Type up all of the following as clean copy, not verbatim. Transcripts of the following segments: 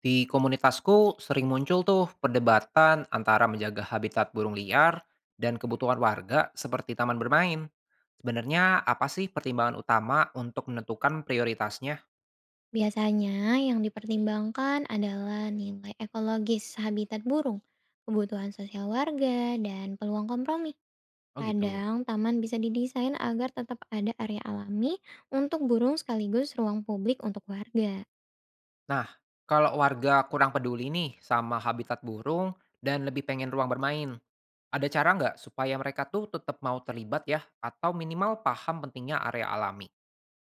Di komunitasku sering muncul tuh perdebatan antara menjaga habitat burung liar dan kebutuhan warga seperti taman bermain. Sebenarnya apa sih pertimbangan utama untuk menentukan prioritasnya? Biasanya yang dipertimbangkan adalah nilai ekologis habitat burung, kebutuhan sosial warga, dan peluang kompromi. Oh gitu. Kadang taman bisa didesain agar tetap ada area alami untuk burung sekaligus ruang publik untuk warga. Nah, kalau warga kurang peduli nih sama habitat burung dan lebih pengen ruang bermain, ada cara nggak supaya mereka tuh tetap mau terlibat ya atau minimal paham pentingnya area alami?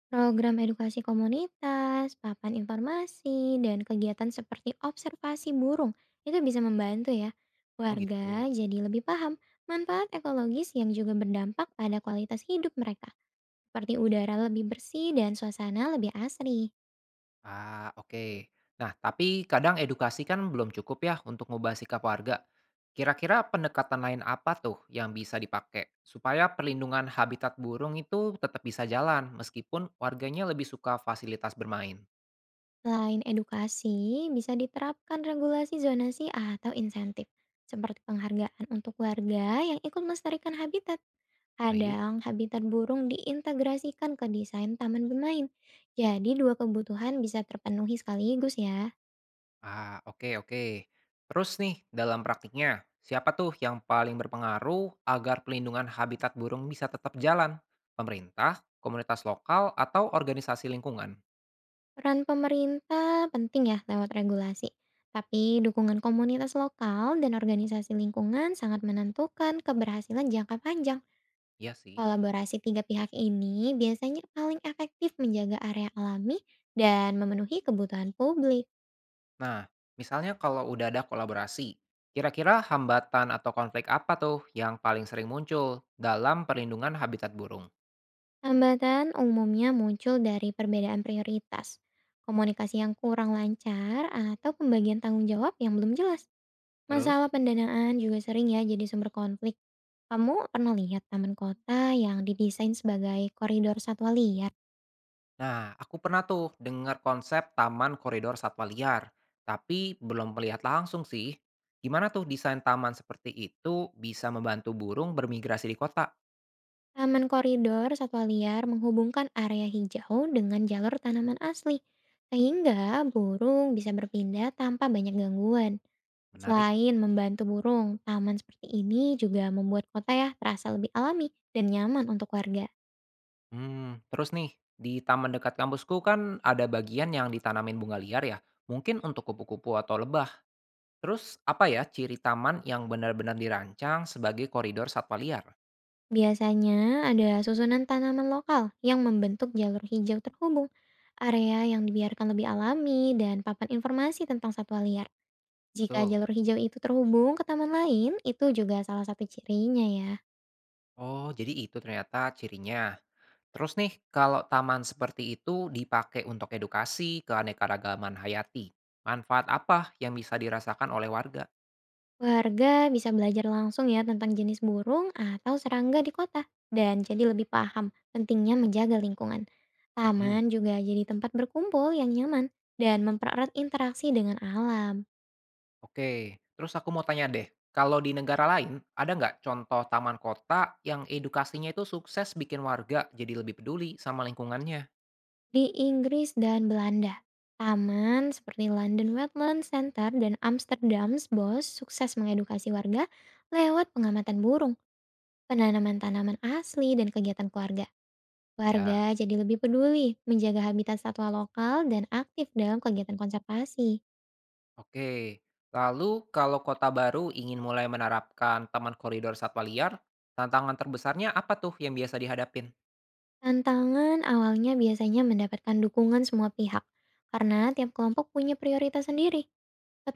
Program edukasi komunitas, papan informasi, dan kegiatan seperti observasi burung itu bisa membantu ya. Oh Warga gitu. jadi lebih paham manfaat ekologis yang juga berdampak pada kualitas hidup mereka, seperti udara lebih bersih dan suasana lebih asri. Ah, oke. Nah, tapi kadang edukasi kan belum cukup ya untuk ngubah sikap warga. Kira-kira pendekatan lain apa tuh yang bisa dipakai supaya perlindungan habitat burung itu tetap bisa jalan meskipun warganya lebih suka fasilitas bermain? Selain edukasi, bisa diterapkan regulasi zonasi atau insentif, seperti penghargaan untuk warga yang ikut melestarikan habitat. Baik. Kadang habitat burung diintegrasikan ke desain taman bermain, jadi dua kebutuhan bisa terpenuhi sekaligus ya. Ah, oke, oke. Terus nih, dalam praktiknya, siapa tuh yang paling berpengaruh agar pelindungan habitat burung bisa tetap jalan? Pemerintah, komunitas lokal, atau organisasi lingkungan? Peran pemerintah penting ya lewat regulasi, tapi dukungan komunitas lokal dan organisasi lingkungan sangat menentukan keberhasilan jangka panjang. Iya sih. Kolaborasi tiga pihak ini biasanya paling efektif menjaga area alami dan memenuhi kebutuhan publik. Nah, misalnya kalau udah ada kolaborasi, kira-kira hambatan atau konflik apa tuh yang paling sering muncul dalam perlindungan habitat burung? Hambatan umumnya muncul dari perbedaan prioritas, komunikasi yang kurang lancar, atau pembagian tanggung jawab yang belum jelas. Masalah Terus, pendanaan juga sering ya jadi sumber konflik. Kamu pernah lihat taman kota yang didesain sebagai koridor satwa liar? nah, aku pernah tuh dengar konsep taman koridor satwa liar, tapi belum melihat langsung sih. Gimana tuh desain taman seperti itu bisa membantu burung bermigrasi di kota? Taman koridor satwa liar menghubungkan area hijau dengan jalur tanaman asli, sehingga burung bisa berpindah tanpa banyak gangguan. Menarik. Selain membantu burung, taman seperti ini juga membuat kota ya terasa lebih alami dan nyaman untuk warga. Terus nih, di taman dekat kampusku kan ada bagian yang ditanamin bunga liar ya, mungkin untuk kupu-kupu atau lebah. Terus apa ya ciri taman yang benar-benar dirancang sebagai koridor satwa liar? Biasanya ada susunan tanaman lokal yang membentuk jalur hijau terhubung, area yang dibiarkan lebih alami, dan papan informasi tentang satwa liar. Jika Betul. jalur hijau itu terhubung ke taman lain, itu juga salah satu cirinya ya. Oh, jadi itu ternyata cirinya. Terus nih, kalau taman seperti itu dipakai untuk edukasi keanekaragaman hayati, manfaat apa yang bisa dirasakan oleh warga? Warga bisa belajar langsung ya tentang jenis burung atau serangga di kota dan jadi lebih paham pentingnya menjaga lingkungan. Mm-mm. Taman juga jadi tempat berkumpul yang nyaman dan mempererat interaksi dengan alam. Oke, terus aku mau tanya deh, kalau di negara lain ada nggak contoh taman kota yang edukasinya itu sukses bikin warga jadi lebih peduli sama lingkungannya? Di Inggris dan Belanda, taman seperti London Wetland Center dan Amsterdam's Bos sukses mengedukasi warga lewat pengamatan burung, penanaman tanaman asli dan kegiatan keluarga. Ya. Warga jadi lebih peduli menjaga habitat satwa lokal dan aktif dalam kegiatan konservasi. Oke, lalu kalau kota baru ingin mulai menerapkan taman koridor satwa liar, tantangan terbesarnya apa tuh yang biasa dihadapin? Tantangan awalnya biasanya mendapatkan dukungan semua pihak, karena tiap kelompok punya prioritas sendiri.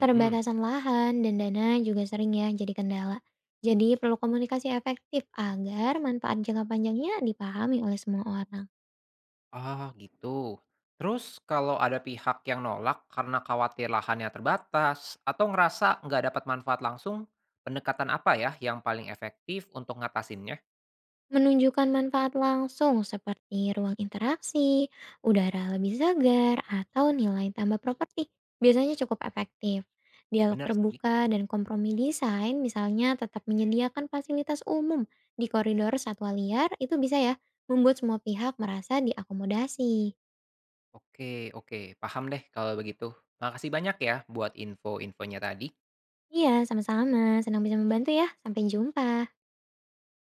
Mm-mm. lahan dan dana juga sering ya jadi kendala. Jadi perlu komunikasi efektif agar manfaat jangka panjangnya dipahami oleh semua orang. Ah, gitu. Terus kalau ada pihak yang nolak karena khawatir lahannya terbatas atau ngerasa nggak dapat manfaat langsung, pendekatan apa ya yang paling efektif untuk ngatasinnya? Menunjukkan manfaat langsung seperti ruang interaksi, udara lebih segar, atau nilai tambah properti biasanya cukup efektif. Dialog Bener sih. terbuka dan kompromi desain misalnya tetap menyediakan fasilitas umum di koridor satwa liar itu bisa ya membuat semua pihak merasa diakomodasi. Oke, oke, paham deh kalau begitu. Makasih banyak ya buat info-infonya tadi. Iya, sama-sama. Senang bisa membantu ya. Sampai jumpa.